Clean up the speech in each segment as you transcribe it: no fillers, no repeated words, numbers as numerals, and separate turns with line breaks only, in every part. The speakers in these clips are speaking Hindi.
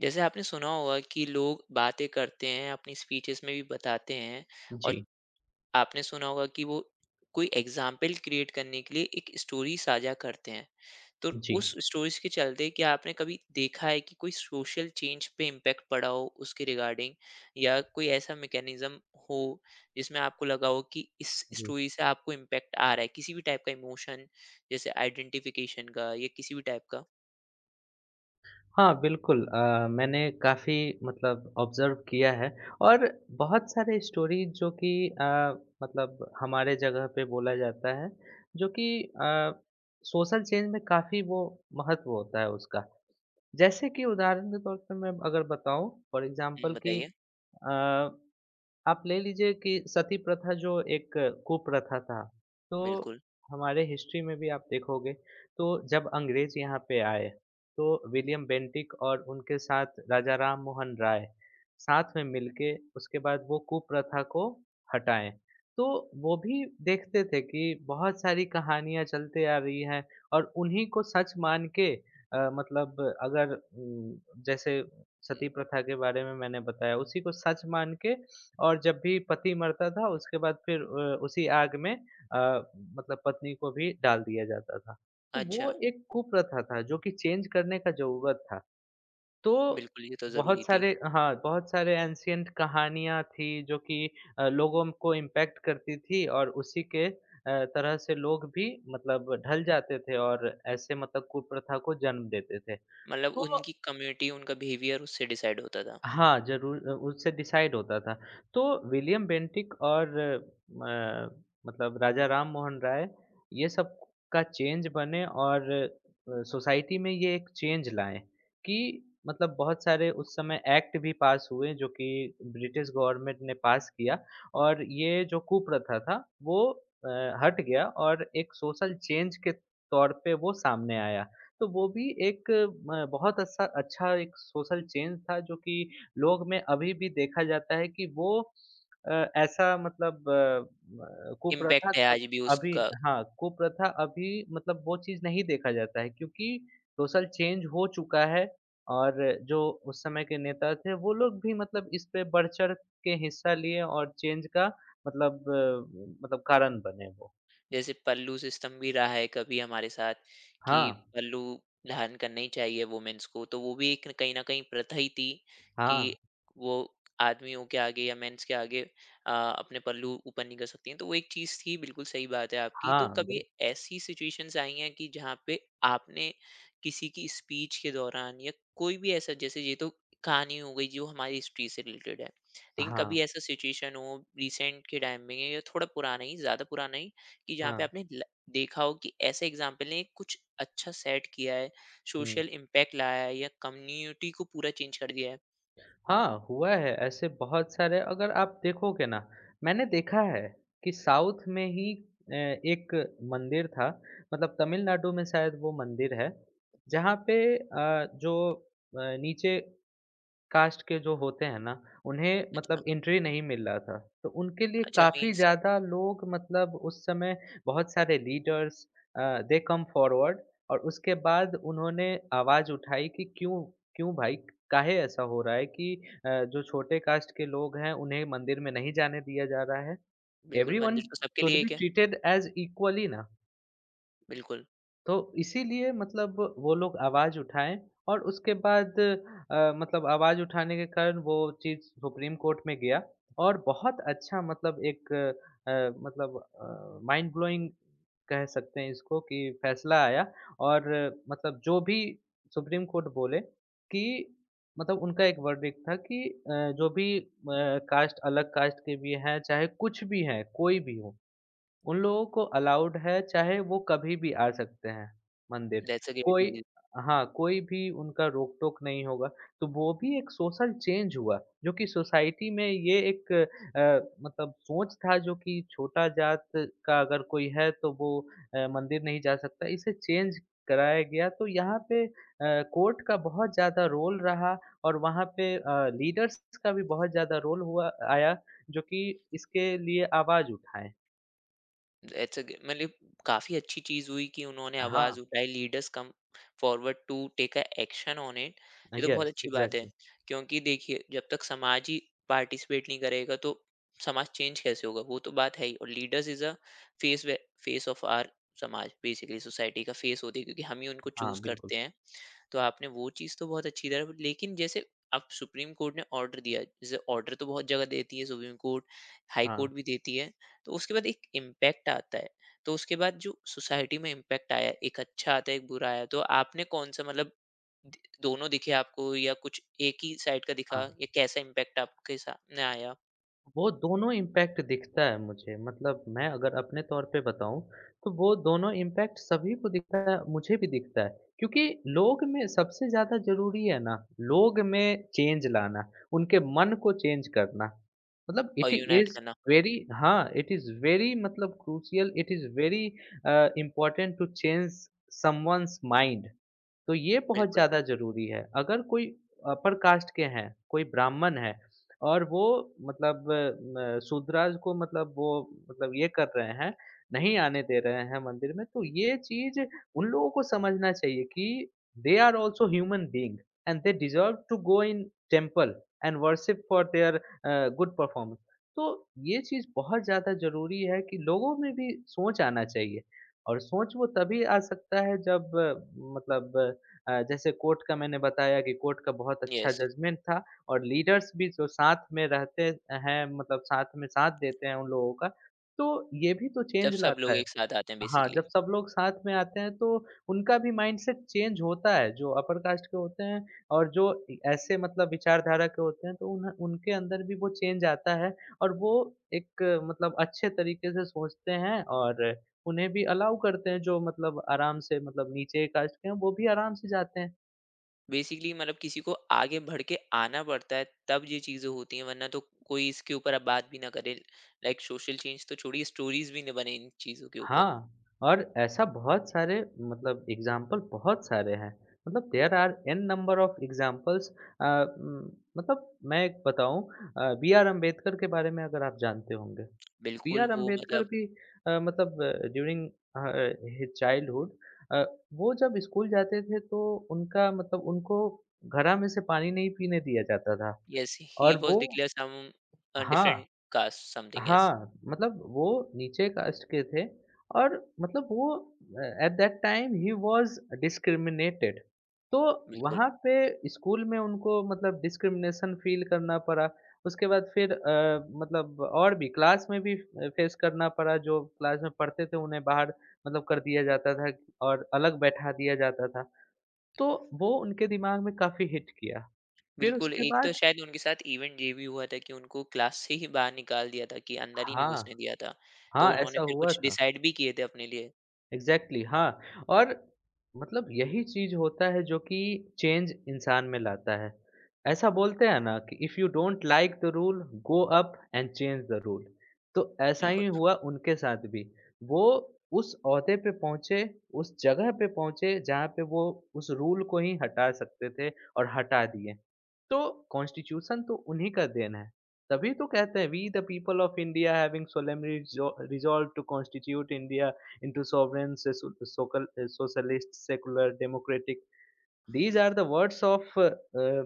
जैसे आपने सुना होगा कि लोग बातें करते हैं अपनी स्पीचेस में भी बताते हैं। और
जी।
आपने सुना होगा कि वो कोई एग्जाम्पल क्रिएट करने के लिए एक स्टोरी साझा करते हैं। तो
जी।
उस स्टोरीज के चलते क्या आपने कभी देखा है कि कोई सोशल चेंज पे इम्पैक्ट पड़ा हो उसके रिगार्डिंग, या कोई ऐसा मैकेनिज्म हो जिसमें आपको लगा हो कि इस
जी।
स्टोरी से आपको इम्पैक्ट आ रहा है किसी भी टाइप का इमोशन, जैसे आइडेंटिफिकेशन का या किसी भी टाइप का।
हाँ, बिल्कुल मैंने काफ़ी मतलब ऑब्ज़र्व किया है और बहुत सारे स्टोरी जो कि अ, मतलब हमारे जगह पे बोला जाता है, जो कि अ, सोशल चेंज में काफ़ी वो महत्व होता है उसका। जैसे कि उदाहरण के तौर पे मैं अगर बताऊँ, फॉर एग्ज़ाम्पल कि
बताइए।
अ आप ले लीजिए कि सती प्रथा जो एक कुप्रथा था, तो
बिल्कुल।
हमारे हिस्ट्री में भी आप देखोगे, तो जब अंग्रेज़ यहाँ पे आए, तो विलियम बेंटिक और उनके साथ राजा राम मोहन राय, साथ में मिलके उसके बाद वो कुप्रथा को हटाएँ। तो वो भी देखते थे कि बहुत सारी कहानियाँ चलते आ रही हैं और उन्हीं को सच मान के मतलब अगर जैसे सती प्रथा के बारे में मैंने बताया, उसी को सच मान के और जब भी पति मरता था उसके बाद फिर उसी आग में मतलब पत्नी को भी डाल दिया जाता था। तो
अच्छा।
वो एक कुप्रथा था जो कि चेंज करने का ज़रूरत था। तो
बिल्कुल, ये तो ज़रूरी
बहुत
थी।
सारे हाँ, बहुत सारे एंशिएंट कहानियाँ थी जो कि लोगों को इम्पैक्ट करती थी और उसी के तरह से लोग भी मतलब ढल जाते थे और ऐसे मतलब कुप्रथा को जन्म देते थे।
मतलब
तो
उनकी कम्युनिटी, उनका बिहेवियर उससे डिसाइड होता था।
हाँ, ज़रूर उससे डिसाइड होता था। तो विलियम बेंटिक और म मतलब राजा राम मोहन राय ये सब का चेंज बने और सोसाइटी में ये एक चेंज लाए कि मतलब बहुत सारे उस समय एक्ट भी पास हुए जो कि ब्रिटिश गवर्नमेंट ने पास किया और ये जो कुप्रथा था वो अ, हट गया और एक सोशल चेंज के तौर पे वो सामने आया। तो वो भी एक म बहुत अच्छा अच्छा एक सोशल चेंज था जो कि लोग में अभी भी देखा जाता है कि वो अ, ऐसा मतलब कुप्रथा
इम्पैक्ट है
क
आज भी
अभी
उसका।
हाँ, कुप्रथा अभी मतलब वो चीज़ नहीं देखा जाता है क्योंकि सोशल चेंज हो चुका है और जो उस समय के नेता थे, वो लोग भी मतलब इस पे बढ़-चढ़ के हिस्सा लिए और चेंज का मतलब मतलब कारण बने वो।
जैसे पल्लू सिस्टम भी रहा है कभी हमारे साथ कि
हाँ।
पल्लू धारण करना ही चाहिए वुमेन्स को, तो वो भी एक कहीं ना कहीं प्रथा ही थी कि
हाँ।
वो आदमियों के आगे या मेंस के आगे अपने पल्लू ऊपर नहीं कर सकती हैं। तो वो एक चीज़ थी, बिल्कुल सही बात है आपकी। तो
हाँ।
कभी
बिल
ऐसी सिचुएशंस आई हैं कि जहाँ पे आपने किसी की स्पीच के दौरान या कोई भी ऐसा, जैसे ये तो कहानी हो गई जो हमारी हिस्ट्री से रिलेटेड है, लेकिन कभी
हाँ।
ऐसा सिचुएशन हो रिसेंट के टाइम में या थोड़ा पुराना ही, ज़्यादा पुराना ही, कि जहाँ
हाँ।
पे आपने देखा हो कि ऐसे एग्जाम्पल ने कुछ अच्छा सेट किया है,
हुँ।
सोशल इम्पैक्ट लाया है या कम्युनिटी को पूरा चेंज कर दिया है।
हाँ, हुआ है ऐसे बहुत सारे अगर आप देखोगे ना, मैंने देखा है कि साउथ में ही एक मंदिर था मतलब तमिलनाडु में शायद वो मंदिर है, जहाँ पे जो नीचे कास्ट के जो होते हैं ना, उन्हें
अच्छा।
मतलब एंट्री नहीं मिल रहा था। तो उनके लिए
अच्छा
काफ़ी
मीन्स।
ज़्यादा लोग मतलब उस समय बहुत सारे लीडर्स दे कम फॉरवर्ड और उसके बाद उन्होंने आवाज़ उठाई कि क्यों क्यों भाई काहे ऐसा हो रहा है कि जो छोटे कास्ट के लोग हैं उन्हें मंदिर में नहीं जाने दिया जा रहा है।
बिल्कुल,
एवरीवन
मंदिर तो सबके
शुड
लिए
बी
एक है।
ट्रीटेड एज़ इक्वली ना।
बिल्कुल।
तो इसीलिए मतलब वो लोग आवाज़ उठाए और उसके बाद मतलब आवाज़ उठाने के कारण वो चीज़ सुप्रीम कोर्ट में गया और बहुत अच्छा मतलब एक मतलब माइंड ब्लोइंग कह सकते हैं इसको कि फैसला आया और मतलब जो भी सुप्रीम कोर्ट बोले कि मतलब उनका एक वर्डिक्ट था कि जो भी कास्ट अलग कास्ट के भी हैं, चाहे कुछ भी हैं, कोई भी हो, उन लोगों को अलाउड है चाहे वो कभी भी आ सकते हैं मंदिर।
That's a great.
कोई हाँ, कोई भी उनका रोक-टोक नहीं होगा। तो वो भी एक सोशल चेंज हुआ जो कि सोसाइटी में ये एक अ, मतलब सोच था जो कि छोटा जात का अगर कोई है तो वो मंदिर नहीं जा सकता। इसे चेंज कराया गया तो यहाँ पे कोर्ट का बहुत ज़्यादा रोल रहा और वहाँ पे लीडर्स का भी बहुत ज़्यादा रोल हुआ आया जो कि इसके लिए आवाज़ उठाएँ।
दैट्स अ, मतलब काफी अच्छी चीज हुई कि उन्होंने आवाज
हाँ।
उठाई। Leaders come forward to take a action on it. ये तो बहुत
यस,
अच्छी बात है
एग्ज़ैक्टली।
क्योंकि देखिए, जब तक समाज ही पार्टिसिपेट नहीं करेगा तो समाज चेंज कैसे होगा, वो तो बात है ही। और leaders is a face face of our समाज, बेसिकली सोसाइटी का फेस होते हैं क्योंकि हम ही उनको
हाँ,
चूज
बिल्कुल।
करते हैं। तो आपने वो चीज़ तो बहुत अच्छी तरह, लेकिन जैसे अब सुप्रीम कोर्ट ने ऑर्डर दिया, जैसे ऑर्डर तो बहुत जगह देती है सुप्रीम कोर्ट, हाई
हाँ।
कोर्ट भी देती है। तो उसके बाद एक इम्पैक्ट आता है। तो उसके बाद जो सोसाइटी में इम्पैक्ट आया, एक अच्छा आता है, एक बुरा आया, तो आपने कौन सा, मतलब दोनों दिखे आपको, या कुछ एक ही साइड का दिखा,
हाँ।
या कैसा इम्पैक्ट आपके सामने आया।
वो दोनों इम्पैक्ट दिखता है मुझे मतलब मैं अगर अपने तौर पे बताऊँ, तो वो दोनों इम्पैक्ट सभी को दिखता है, मुझे भी दिखता है। क्योंकि लोग में सबसे ज़्यादा ज़रूरी है ना, लोग में चेंज लाना, उनके मन को चेंज करना। मतलब
और
इट
यूनाइट
इज़
करना।
वेरी, हाँ, इट इज़ वेरी मतलब crucial, it is very important to change someone's mind. तो ये बहुत
बिल्कुल।
ज़्यादा ज़रूरी है। अगर कोई अपर कास्ट के हैं, कोई ब्राह्मण है और वो मतलब म शूद्राज को मतलब वो मतलब ये कर रहे हैं, नहीं आने दे रहे हैं मंदिर में, तो ये चीज़ उन लोगों को समझना चाहिए कि they are also human being and they deserve to go in temple and worship for their good performance. तो ये चीज़ बहुत ज़्यादा ज़रूरी है कि लोगों में भी सोच आना चाहिए और सोच वो तभी आ सकता है जब मतलब जैसे कोर्ट का मैंने बताया कि कोर्ट का बहुत अच्छा
यस।
जजमेंट था और लीडर्स भी जो साथ में रहते हैं मतलब साथ में साथ देते हैं उन लोगों का, तो ये भी तो
जब
चेंज
सब
लाता
लोग
है।
एक साथ आते हैं
हाँ,
बेसिकली।
जब सब लोग साथ में आते हैं तो उनका भी माइंडसेट चेंज होता है, जो अपर कास्ट के होते हैं और जो इ ऐसे मतलब विचारधारा के होते हैं, तो उन्ह उनके अंदर भी वो चेंज आता है और वो एक मतलब अच्छे तरीके से सोचते हैं और उन्हें भी अलाउ करते हैं, जो मतलब आराम से मतलब नीचे कास्ट के हैं, वो भी आराम से जाते हैं।
बेसिकली मतलब किसी को आगे बढ़ के आना पड़ता है तब ये चीज़ें होती हैं, वरना तो कोई इसके ऊपर अब बात भी ना करे। लाइक सोशल चेंज तो छोड़िए, स्टोरीज भी ना बने इन चीज़ों के ऊपर।
हाँ, और ऐसा बहुत सारे मतलब एग्ज़ाम्पल बहुत सारे हैं। मतलब there are an number of examples uh, um, मतलब मैं एक बताऊँ बी आर अम्बेडकर के बारे में अगर आप जानते होंगे। बी
बिल्कुल,
आर
वो
अम्बेडकर
मतलब।
भी मतलब during uh, his childhood uh, वो जब स्कूल जाते थे तो उनका मतलब उनको घड़ा में से पानी नहीं पीने दिया जाता था
यस, ही
और
वाज
वो
डिक्लेयर सम
हाँ।
Different caste something, yes.
हाँ, मतलब वो नीचे कास्ट के थे और मतलब वो एट दैट टाइम ही वाज़ डिस्क्रिमिनेटेड। तो
बिल्कुल।
वहाँ पे स्कूल में उनको मतलब डिस्क्रिमिनेशन फ़ील करना पड़ा। उसके बाद फिर मतलब और भी क्लास में भी फ़ेस करना पड़ा, जो क्लास में पढ़ते थे उन्हें बाहर मतलब कर दिया जाता था और अलग बैठा दिया जाता था। तो वो उनके दिमाग में काफ़ी हिट किया। फिर
बिल्कुल,
उसके
एक तो
बाद,
शायद उनके साथ इवेंट ये भी हुआ था कि उनको क्लास से ही बाहर निकाल दिया था, कि अंदर ही नहीं घुसने
हाँ,
दिया था। तो
हाँ,
उन्होंने
ऐसा
फिर
हुआ
कुछ
था।
डिसाइड भी किए थे अपने लिए।
एग्ज़ैक्टली, हाँ, और मतलब यही चीज़ होता है जो कि चेंज इंसान में लाता है। ऐसा बोलते हैं ना कि if you don't like the rule, go up and change the rule. तो ऐसा
बिल्कुल।
ही हुआ उनके साथ भी। वो उस ओहदे पे पहुँचे, उस जगह पे पहुँचे जहाँ पे वो उस रूल को ही हटा सकते थे और हटा दिए। तो कॉन्स्टिट्यूशन तो उन्हीं का देन है। तभी तो कहते हैं we the people of India having solemnly resolve to constitute India into sovereign, socialist, secular, democratic. These are the words of uh,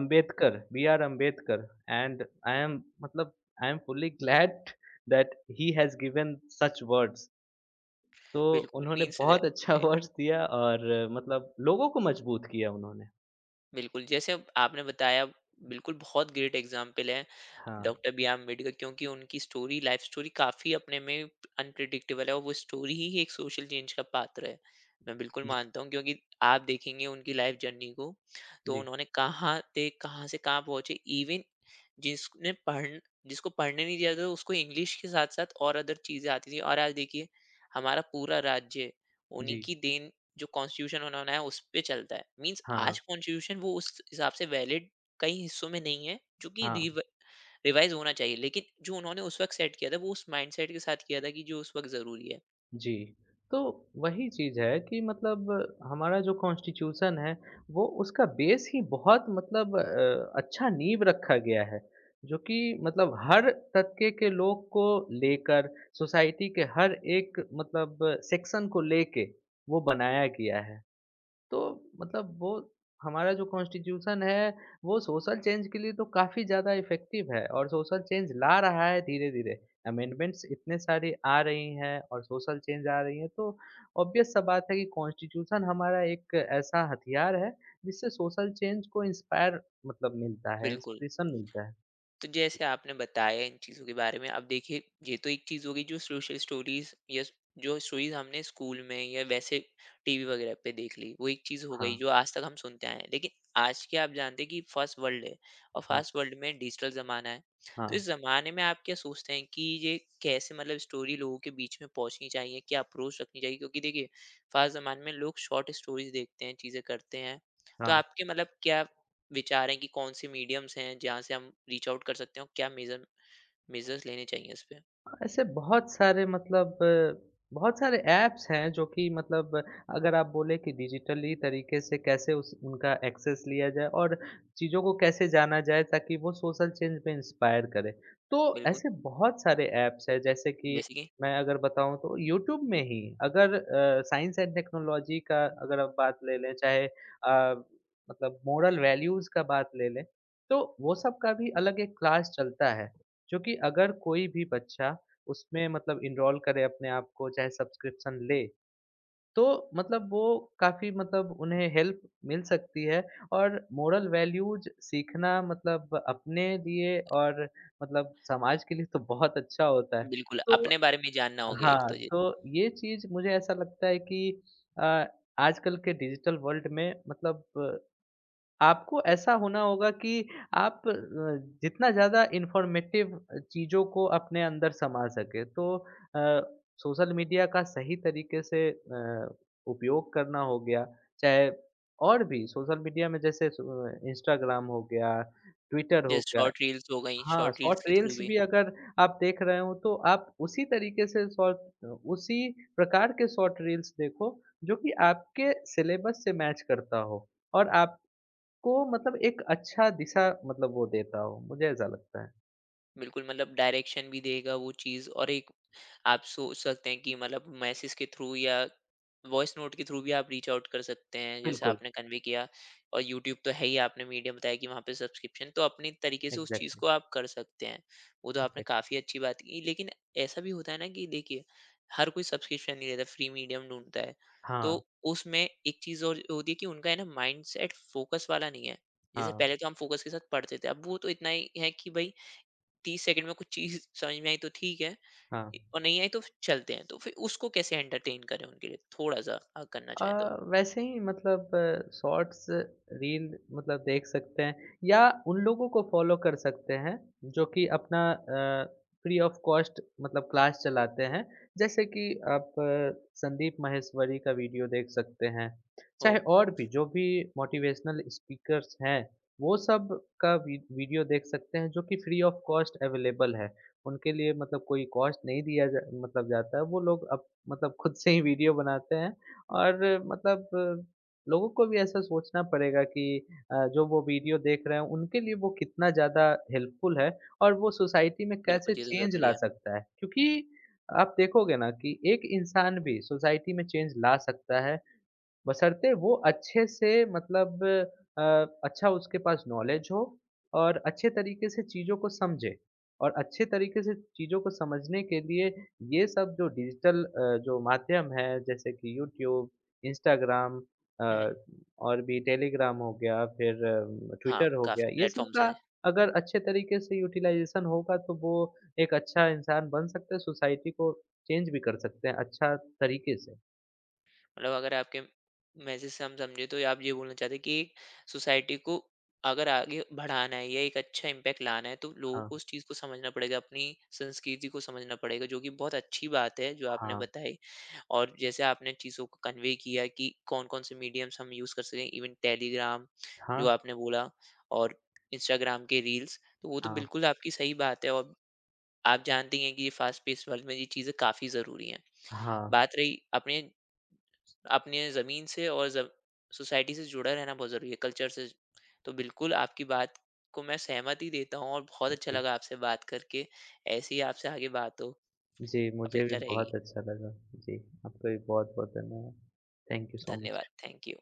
Ambedkar, B.R. Ambedkar, and I am fully glad that he has given such words. तो
बिल्कुल
उन्होंने
मीन्स।
बहुत अच्छा वर्ड्स दिया और मतलब लोगों को मजबूत किया उन्होंने।
बिल्कुल, जैसे अब आपने बताया, बिल्कुल बहुत ग्रेट एग्ज़ाम्पल है
हाँ।
डॉक्टर बीआर अम्बेडकर, क्योंकि उनकी स्टोरी, लाइफ़ स्टोरी, काफ़ी अपने में अनप्रेडिक्टेबल है, और वो स्टोरी ही एक सोशल चेंज का पात्र है। मैं बिल्कुल
जी।
मानता हूँ, क्योंकि आप देखेंगे उनकी लाइफ़ जर्नी को, तो
जी।
उन्होंने कहाँ थे, कहाँ से कहाँ पहुँचे। इवन जिसने पढ़ जिसको पढ़ने नहीं दिया था, उसको इंग्लिश के साथ-साथ और अदर चीज़ें आती थी। और आज देखिए, हमारा पूरा राज्य उन्हीं
जी।
की देन, जो कॉन्स्टिट्यूशन उन्होंने बनाया उस पे चलता है। मींस
हाँ।
आज कॉन्स्टिट्यूशन वो उस हिसाब से वैलिड कई हिस्सों में नहीं है, जो कि
हाँ।
रिवाइज होना चाहिए, लेकिन जो उन्होंने उस वक्त सेट किया था वो उस माइंडसेट के साथ किया था कि जो उस वक्त जरूरी है।
जी, तो वही चीज़ है कि मतलब हमारा जो कॉन्स्टिट्यूशन है, वो उसका बेस ही बहुत मतलब अच्छा नींव रखा गया है, जो कि मतलब हर तबके के लोग को लेकर सोसाइटी के हर एक मतलब सेक्शन को लेके वो बनाया गया है। तो मतलब वो हमारा जो कॉन्स्टिट्यूशन है वो सोशल चेंज के लिए तो काफ़ी ज़्यादा इफ़ेक्टिव है और सोशल चेंज ला रहा है धीरे-धीरे। अमेंडमेंट्स इतने सारे आ रही हैं और सोशल चेंज आ रही हैं तो ऑब्वियस सा बात है कि कॉन्स्टिट्यूशन हमारा एक ऐसा हथियार है जिससे सोशल चेंज को इंस्पायर मतलब मिलता है,
बिल्कुल।
इंस्पिरेशन मिलता है।
तो जैसे आपने बताया इन चीज़ों के बारे में, अब देखिए, ये तो एक चीज़ हो गई जो सोशल स्टोरीज़, या जो स्टोरीज़ हमने स्कूल में या वैसे टीवी वगैरह पे देख ली, वो एक चीज़ हो
हाँ।
गई जो आज तक हम सुनते आए हैं। लेकिन आज के आप जानते हैं कि फ़ास्ट वर्ल्ड है, और
हाँ।
फ़ास्ट वर्ल्ड में डिजिटल ज़माना है। तो
हाँ।
इस ज़माने में आप क्या सोचते हैं कि ये कैसे, मतलब स्टोरी लोगों के बीच में पहुँचनी चाहिए? क्या अप्रोच रखनी चाहिए? क्योंकि देखिए, फ़ास्ट ज़माने में लोग शॉर्ट स्टोरीज़ देखते हैं, चीज़ें करते हैं। तो
हाँ।
आपके, मतलब क्या विचार हैं कि कौन से मीडियम्स हैं जहाँ से हम रीच आउट कर सकते हैं और क्या मेजर्स लेने चाहिए इस पे।
ऐसे बहुत सारे मतलब बहुत सारे ऐप्स हैं जो कि मतलब अगर आप बोले कि डिजिटली तरीके से कैसे उस उनका एक्सेस लिया जाए और चीज़ों को कैसे जाना जाए ताकि वो सोशल चेंज में इंस्पायर करे। तो
बिल्कुल।
ऐसे बहुत सारे ऐप्स हैं जैसे कि
जैसे कि।
मैं अगर बताऊँ तो यूट्यूब में ही अगर साइंस एंड टेक्नोलॉजी का अगर आप बात ले लें चाहे मतलब मोरल वैल्यूज़ का बात ले लें, तो वो सब का भी अलग एक क्लास चलता है। जो कि अगर कोई भी बच्चा उसमें मतलब इनरोल करे अपने आप को, चाहे सब्सक्रिप्शन ले, तो मतलब वो काफ़ी मतलब उन्हें हेल्प मिल सकती है और मोरल वैल्यूज़ सीखना मतलब अपने लिए और मतलब समाज के लिए तो बहुत अच्छा होता है।
बिल्कुल, अपने
तो
बारे में जानना हो गया एक
हाँ,
तो ये।
तो ये चीज़ मुझे ऐसा लगता है कि अ, आजकल के डिजिटल वर्ल्ड में मतलब आपको ऐसा होना होगा कि आप जितना ज़्यादा इन्फॉर्मेटिव चीज़ों को अपने अंदर समा सकें। तो अ, सोशल मीडिया का सही तरीके से उपयोग करना हो गया, चाहे और भी सोशल मीडिया में जैसे सो इंस्टाग्राम हो गया, ट्विटर हो
जैसे
गया।
शॉर्ट रील्स हो गई,
हाँ,
शॉर्ट
शॉर्ट
रील्स के थ्रू
रील्स
भी।
भी अगर आप देख रहे हो तो आप उसी तरीके से उसी प्रकार के शॉर्ट रील्स देखो जो कि आपके सिलेबस से मैच करता हो और आप को मतलब एक अच्छा दिशा मतलब वो देता हो, मुझे ऐसा लगता है।
बिल्कुल, मतलब डायरेक्शन भी देगा वो चीज़। और एक आप सोच सकते हैं कि मतलब मैसेज के थ्रू या वॉइस नोट के थ्रू भी आप रीच आउट कर सकते हैं, जैसे
बिल्कुल,
आपने कन्वे किया। और यूट्यूब तो है ही, आपने मीडियम बताया कि वहाँ पे सब्सक्रिप्शन तो अपने तरीके से उस चीज़
एग्ज़ैक्टली,
को आप कर सकते हैं। वो तो आपने
एग्ज़ैक्ट
काफ़ी अच्छी बात की, लेकिन ऐसा भी होता है ना कि देखिए, हर कोई सब्सक्रिप्शन नहीं लेता, फ्री मीडियम ढूँढता है। तो
हाँ,
उसमें एक चीज़ और होती है कि उनका है ना, माइंडसेट फ़ोकस वाला नहीं है। जैसे
हाँ,
पहले तो हम फ़ोकस के साथ पढ़ते थे, अब वो तो इतना ही है कि भई, 30 सेकंड में कुछ चीज समझ में आई तो ठीक है,
हाँ।
और नहीं आई तो फिर चलते हैं। तो फिर उसको कैसे एंटरटेन करें, उनके लिए थोड़ा सा अगर करना
अ,
चाहें तो।
वैसे ही मतलब शॉर्ट्स, रील मतलब देख सकते हैं या उन लोगों को फ़ॉलो कर सकते हैं जो कि अपना फ्री ऑफ कॉस्ट मतलब क्लास चलाते हैं। जैसे कि आप संदीप माहेश्वरी का वीडियो देख सकते हैं,
ओ।
चाहे और भी जो भी मोटिवेशनल स्पीकर्स हैं, वो सब का वी वीडियो देख सकते हैं जो कि फ्री ऑफ कॉस्ट अवेलेबल है। उनके लिए मतलब कोई कॉस्ट नहीं दिया जा मतलब जाता है, वो लोग अब मतलब खुद से ही वीडियो बनाते हैं और मतलब लोगों को भी ऐसा सोचना पड़ेगा कि जो वो वीडियो देख रहे हैं, उनके लिए वो कितना ज़्यादा हेल्पफुल है और वो सोसाइटी में
बिल्कुल,
कैसे
ये तो
चेंज
जरूरी
ला
है।
सकता है। क्योंकि आप देखोगे ना कि एक इंसान भी सोसाइटी में चेंज ला सकता है बशर्ते वो अच्छे से मतलब अ, अच्छा उसके पास नॉलेज हो और अच्छे तरीके से चीज़ों को समझे। और अच्छे तरीके से चीज़ों को समझने के लिए ये सब जो डिजिटल जो माध्यम है जैसे कि यूट्यूब, इंस्टाग्राम अ,
हम्म।
और भी टेलीग्राम हो गया फिर
हाँ,
ट्विटर हो गया,
काफी
ये सब
प्लेटफॉर्म्स
का
हैं।
अगर अच्छे तरीके से यूटिलाइज़ेशन होगा तो वो एक अच्छा इंसान बन सकता है, सोसाइटी को चेंज भी कर सकते हैं अच्छा तरीके से।
मतलब अगर आपके मैसेज से हम समझे तो आप ये बोलना चाहते हैं कि एक सोसाइटी को अगर आगे बढ़ाना है या एक अच्छा इम्पैक्ट लाना है तो लोगों
हाँ।
को उस चीज़ को समझना पड़ेगा, अपनी संस्कृति को समझना पड़ेगा, जो कि बहुत अच्छी बात है जो आपने
हाँ।
बताई। और जैसे आपने चीज़ों को कन्वे किया कि कौन-कौन से मीडियम्स हम यूज़ कर सकें, इवन टेलीग्राम जो
हाँ।
आपने बोला, और इंस्टाग्राम के रील्स, तो वो तो
हाँ।
बिल्कुल आपकी सही बात है। और आप जानती हैं कि ये फास्ट पेस वर्ल्ड में ये चीज़ें काफ़ी ज़रूरी हैं।
हाँ।
बात रही अपने अपने ज़मीन से और ज़ सोसाइटी से जुड़ा रहना बहुत ज़रूरी है, कल्चर से। तो बिल्कुल आपकी बात को मैं सहमति देता हूँ, और बहुत अच्छा
जी,
लगा आपसे बात करके। ऐसे ही आपसे आगे बात हो,
जी मुझे भी
अपेक्षा रहेगी।
बहुत अच्छा लगा। जी, आपका भी बहुत-बहुत धन्यवाद। Thank you so much.
धन्यवाद, थैंक यू।